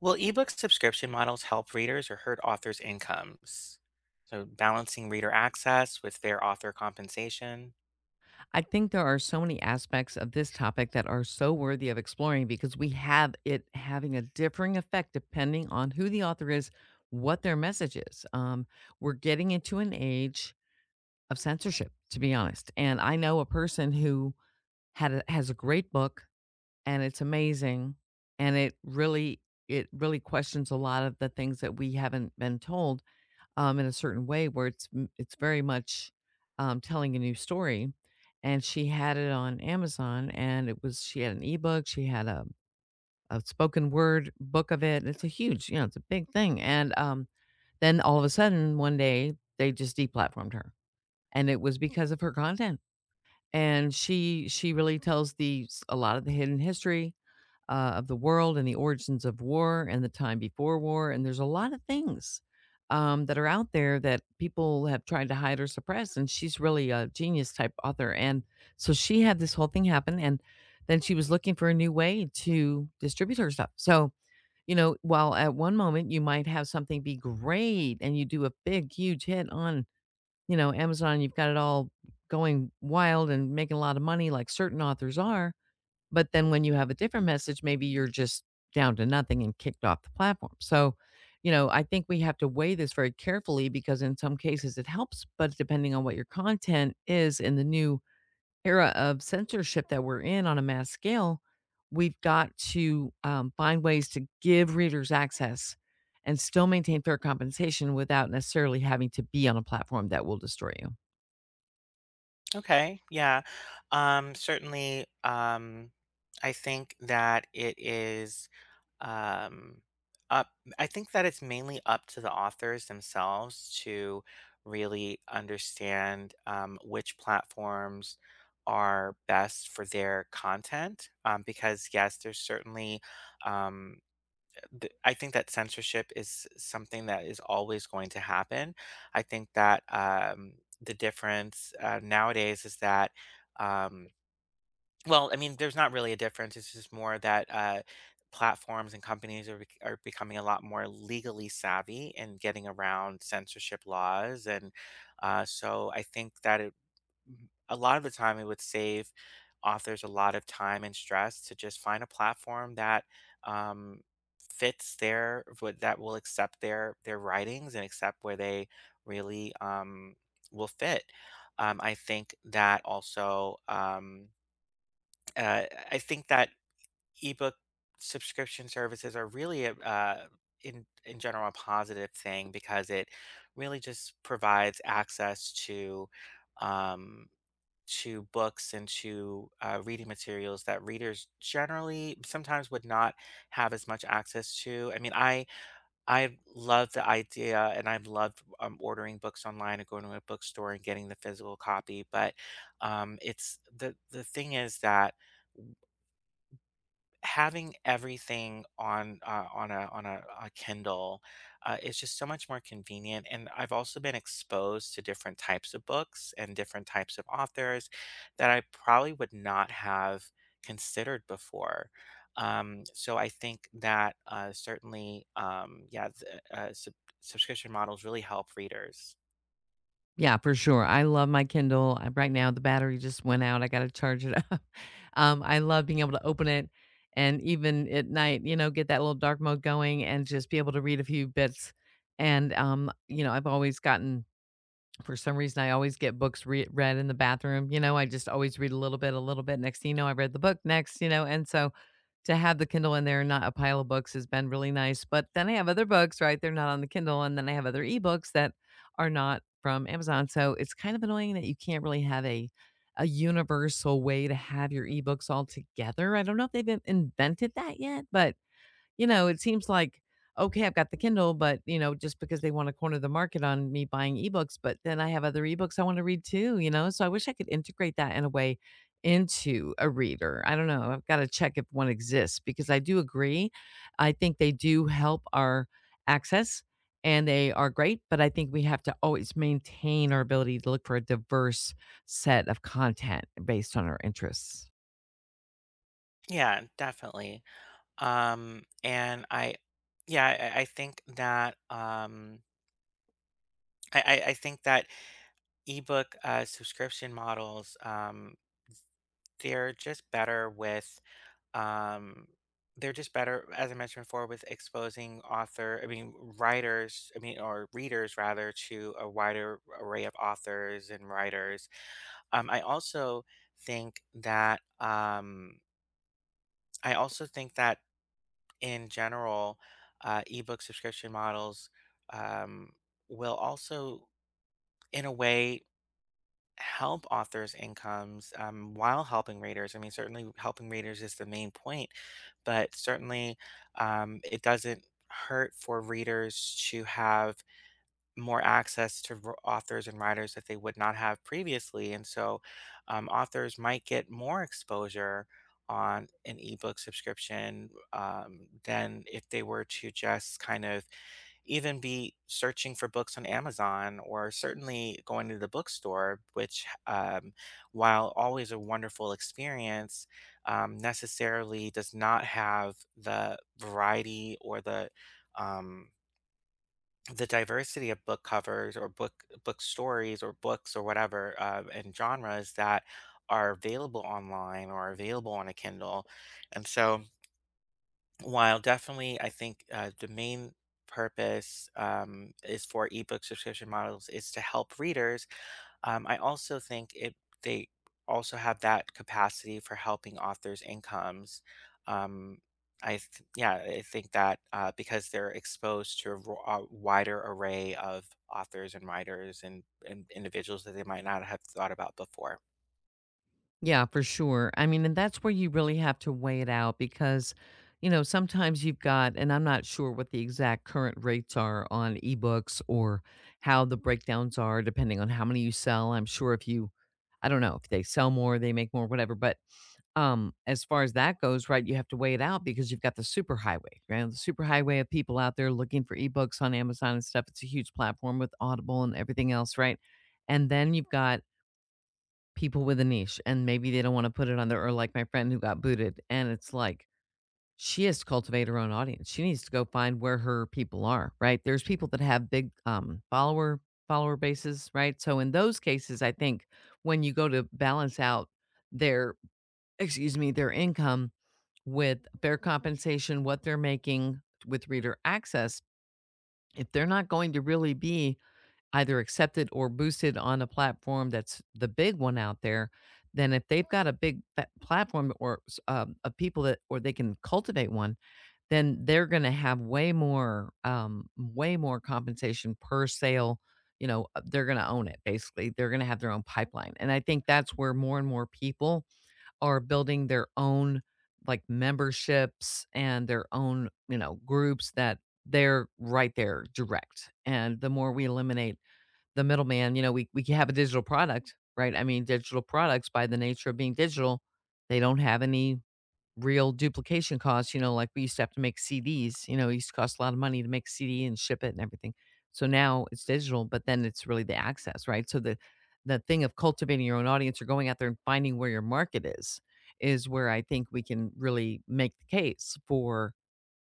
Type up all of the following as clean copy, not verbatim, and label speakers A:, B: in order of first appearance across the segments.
A: Well, ebook subscription models help readers or hurt authors' incomes. So balancing reader access with fair author compensation.
B: I think there are so many aspects of this topic that are so worthy of exploring because we have it having a differing effect depending on who the author is, what their message is. We're getting into an age of censorship, to be honest. And I know a person who has a great book, and it's amazing, and it really questions a lot of the things that we haven't been told in a certain way where it's very much telling a new story. And she had it on Amazon, and it was she had an ebook, she had a spoken word book of it. It's a huge, you know, it's a big thing. And then all of a sudden, one day, they just deplatformed her, and it was because of her content. And she really tells a lot of the hidden history of the world and the origins of war and the time before war. And there's a lot of things that are out there that people have tried to hide or suppress. And she's really a genius type author. And so she had this whole thing happen. And then she was looking for a new way to distribute her stuff. So, you know, while at one moment you might have something be great and you do a big, huge hit on, you know, Amazon, you've got it all going wild and making a lot of money like certain authors are, but then when you have a different message, maybe you're just down to nothing and kicked off the platform. So, you know, I think we have to weigh this very carefully because in some cases it helps, but depending on what your content is in the new era of censorship that we're in on a mass scale, we've got to find ways to give readers access and still maintain fair compensation without necessarily having to be on a platform that will destroy you.
A: Okay, yeah. Certainly, I think that it is um, up, I think that it's mainly up to the authors themselves to really understand which platforms are best for their content. Because, yes, there's certainly. Um, I think that censorship is something that is always going to happen. I think that the difference nowadays is that, um, well, I mean, there's not really a difference. It's just more that platforms and companies are, are becoming a lot more legally savvy and getting around censorship laws. And so I think that it Mhm. A lot of the time, it would save authors a lot of time and stress to just find a platform that um, fits their what that will accept their writings and accept where they really will fit. I think that also uh, I think that ebook subscription services are really in general a positive thing because it really just provides access um, to books and to reading materials that readers generally sometimes would not have as much access to. I mean, I love the idea, and I've loved ordering books online and going to a bookstore and getting the physical copy. But it's the thing is that having everything on a Kindle is just so much more convenient. And I've also been exposed to different types of books and different types of authors that I probably would not have considered before. So I think that certainly, yeah, subscription models really help readers.
B: Yeah, for sure. I love my Kindle. I Right now, the battery just went out. I gotta charge it up. I love being able to open it, and even at night, you know, get that little dark mode going and just be able to read a few bits. And, you know, I've always gotten. For some reason, I always get read in the bathroom. You know, I just always read a little bit, a little bit. Next thing you know, I read the book next, you know, and so to have the Kindle in there and not a pile of books has been really nice. But then I have other books, right? They're not on the Kindle. And then I have other ebooks that are not from Amazon. So it's kind of annoying that you can't really have a universal way to have your ebooks all together. I don't know if they've invented that yet, but you know, it seems like, okay, I've got the Kindle, but, you know, just because they want to corner the market on me buying ebooks, but then I have other ebooks I want to read too, you know? So I wish I could integrate that in a way into a reader. I don't know. I've got to check if one exists because I do agree. I think they do help our access and they are great, but I think we have to always maintain our ability to look for a diverse set of content based on our interests.
A: Yeah, definitely. Um, and I, yeah, I think that I think that ebook subscription models they're just better with um, they're just better as I mentioned before with exposing author I mean writers, I mean, or readers rather to a wider array of authors and writers. I also think that I also think that in general ebook subscription models um, will also in a way help authors' incomes while helping readers. I mean, certainly helping readers is the main point, but certainly it doesn't hurt for readers to have more access to authors and writers that they would not have previously. And so authors might get more exposure on an ebook subscription than if they were to just kind of even be searching for books on Amazon or certainly going to the bookstore, which, while always a wonderful experience, necessarily does not have the variety or um, the diversity of book covers or book stories or books or whatever and genres that are available online or available on a Kindle. And so, while definitely I think the main purpose is for ebook subscription models is to help readers I also think it they also have that capacity for helping authors' incomes. Um, yeah, I think that because they're exposed to a wider array of authors and writers and individuals that they might not have thought about before.
B: Yeah, for sure. I mean, and that's where you really have to weigh it out because, you know, sometimes you've got, and I'm not sure what the exact current rates are on ebooks or how the breakdowns are, depending on how many you sell. I'm sure if you, I don't know, if they sell more, they make more, whatever. But as far as that goes, right, you have to weigh it out because you've got the super highway, right? The super highway of people out there looking for ebooks on Amazon and stuff. It's a huge platform with Audible and everything else, right? And then you've got people with a niche and maybe they don't want to put it on there, or like my friend who got booted, and it's like she has to cultivate her own audience. She needs to go find where her people are. Right, there's people that have big follower bases, right? So in those cases I think when you go to balance out their, excuse me, their income with fair compensation, what they're making, with reader access, if they're not going to really be either accepted or boosted on a platform that's the big one out there, then if they've got a of people that, or they can cultivate one, then they're going to have way more, way more compensation per sale. You know, they're going to own it basically. They're going to have their own pipeline, and I think that's where more and more people are building their own, like, memberships and their own, you know, groups that they're right there direct. And the more we eliminate the middleman, you know, we have a digital product, right? I mean, digital products by the nature of being digital, they don't have any real duplication costs. You know, like we used to have to make CDs, you know, it used to cost a lot of money to make CD and ship it and everything. So now it's digital, but then it's really the access, right? So the thing of cultivating your own audience or going out there and finding where your market is where I think we can really make the case for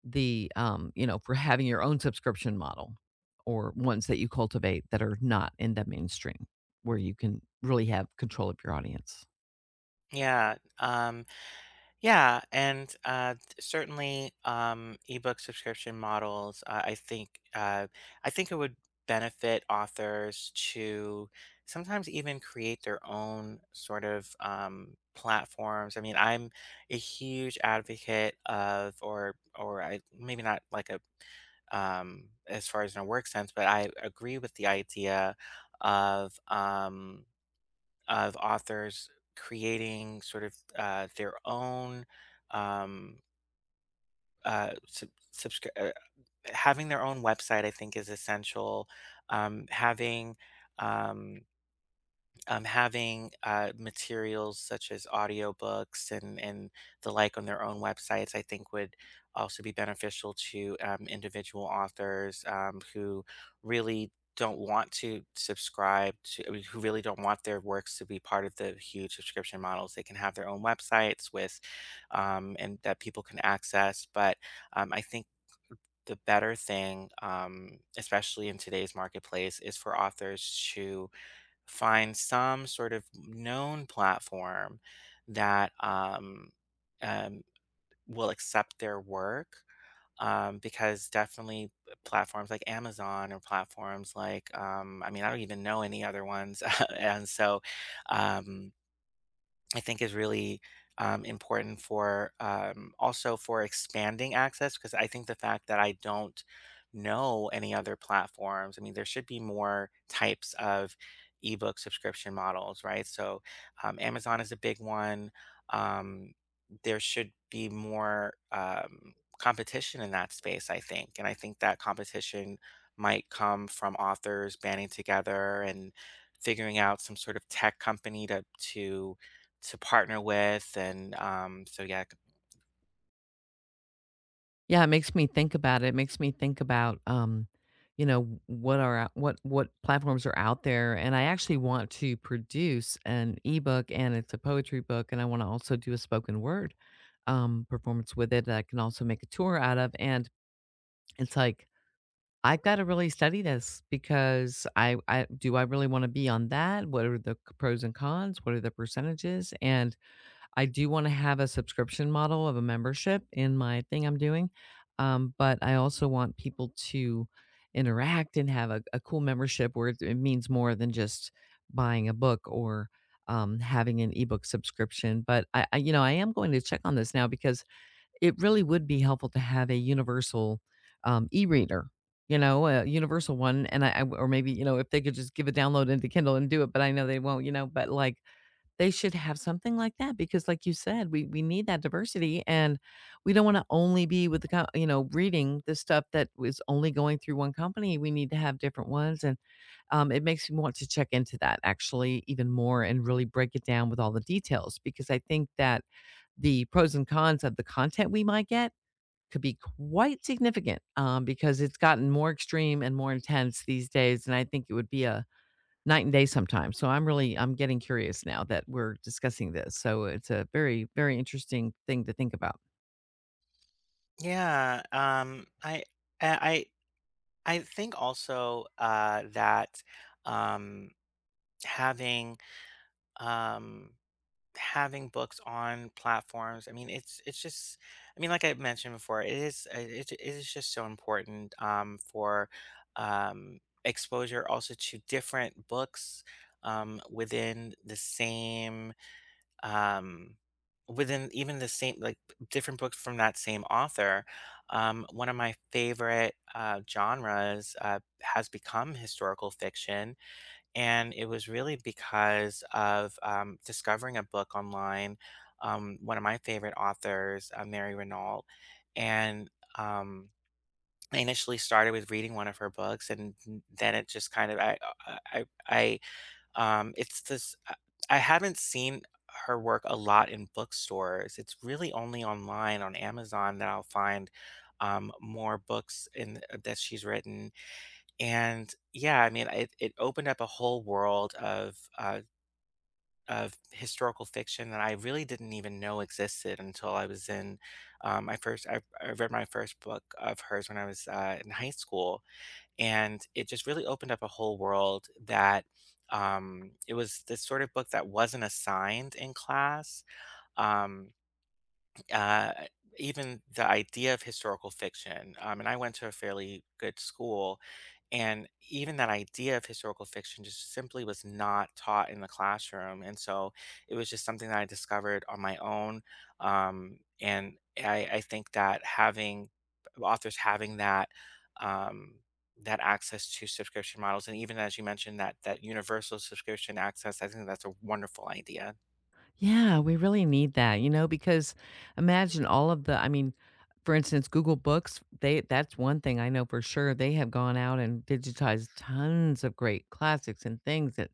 B: the, you know, for having your own subscription model or ones that you cultivate that are not in the mainstream where you can really have control of your audience.
A: Yeah. Yeah, and certainly ebook subscription models. I think it would benefit authors to sometimes even create their own sort of platforms. I mean, I'm a huge advocate of, or I maybe not like a as far as in a work sense, but I agree with the idea of. Of authors creating sort of their own um, uh, sub- subscri- uh, having their own website I think is essential. um, having um, having materials such as audiobooks and the like on their own websites, I think would also be beneficial to individual authors who really don't want to subscribe to, I mean, who really don't want their works to be part of the huge subscription models. They can have their own websites with and that people can access, but I think the better thing especially in today's marketplace is for authors to find some sort of known platform that um, will accept their work. Because definitely platforms like Amazon or platforms like, I mean, I don't even know any other ones. And so, um, I think is really important for also for expanding access, because I think the fact that I don't know any other platforms, I mean, there should be more types of ebook subscription models, right? So Amazon is a big one. Um, there should be more competition in that space, I think. And I think that competition might come from authors banding together and figuring out some sort of tech company to to partner with, and so yeah,
B: Yeah, it makes me think about it. It makes me think about, you know, what platforms are out there, and I actually want to produce an ebook, and it's a poetry book, and I wanna also do a spoken word, performance with it that I can also make a tour out of, and it's like, I've gotta really study this because I really wanna be on that? What are the c pros and cons? What are the percentages? And I do wanna have a subscription model of a membership in my thing I'm doing, but I also want people to interact and have a cool membership where it means more than just buying a book, or, having an ebook subscription. But I you know, I am going to check on this now because it really would be helpful to have a universal, e-reader, you know, a universal one, and I or maybe, you know, if they could just give a download into Kindle and do it, but I know they won't, you know, but, like, they should have something like that because like you said, we need that diversity, and we don't wanna only be with the co you know, reading the stuff that was only going through one company. We need to have different ones, and, it makes me want to check into that actually even more and really break it down with all the details, because I think that the pros and cons of the content we might get could be quite significant, because it's gotten more extreme and more intense these days, and I think it would be a night and day sometimes. So I'm really, I'm getting curious now that we're discussing this. So it's a very, very interesting thing to think about.
A: yeah, I I think also, that, um, having, um having books on platforms, I mean, it's just I mean, like I mentioned before, it is it it is just so important, for, exposure also to different books, within the same um within even the same like different books from that same author. One of my favorite genres has become historical fiction, and it was really because of discovering a book online. One of my favorite authors, Mary Renault. And um I initially started with reading one of her books, and then it just kind of I it's this I haven't seen her work a lot in bookstores. It's really only online on Amazon that I'll find, more books in that she's written, and yeah, I mean, it opened up a whole world of historical fiction that I really didn't even know existed until I was in, my first I read my first book of hers when I was, in high school, and it just really opened up a whole world that it was this sort of book that wasn't assigned in class. Um, uh, even the idea of historical fiction, and I went to a fairly good school, and even that idea of historical fiction just simply was not taught in the classroom. And so it was just something that I discovered on my own. I think that having authors having that um, that access to subscription models, and even as you mentioned, that that universal subscription access, I think that's a wonderful idea.
B: Yeah, we really need that, you know, because imagine all of the, I mean, for instance, Google Books, they, that's one thing I know for sure. They have gone out and digitized tons of great classics and things that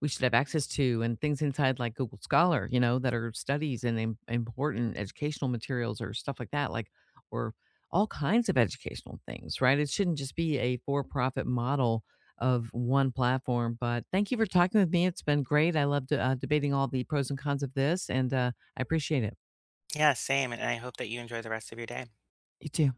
B: we should have access to, and things inside like Google Scholar, you know, that are studies and important educational materials or stuff like that, like or all kinds of educational things, right? It shouldn't just be a for-profit model of one platform. But thank you for talking with me. It's been great. I loved debating all the pros and cons of this, and I appreciate it.
A: Yeah, same, and I hope that you enjoy the rest of your day.
B: You too.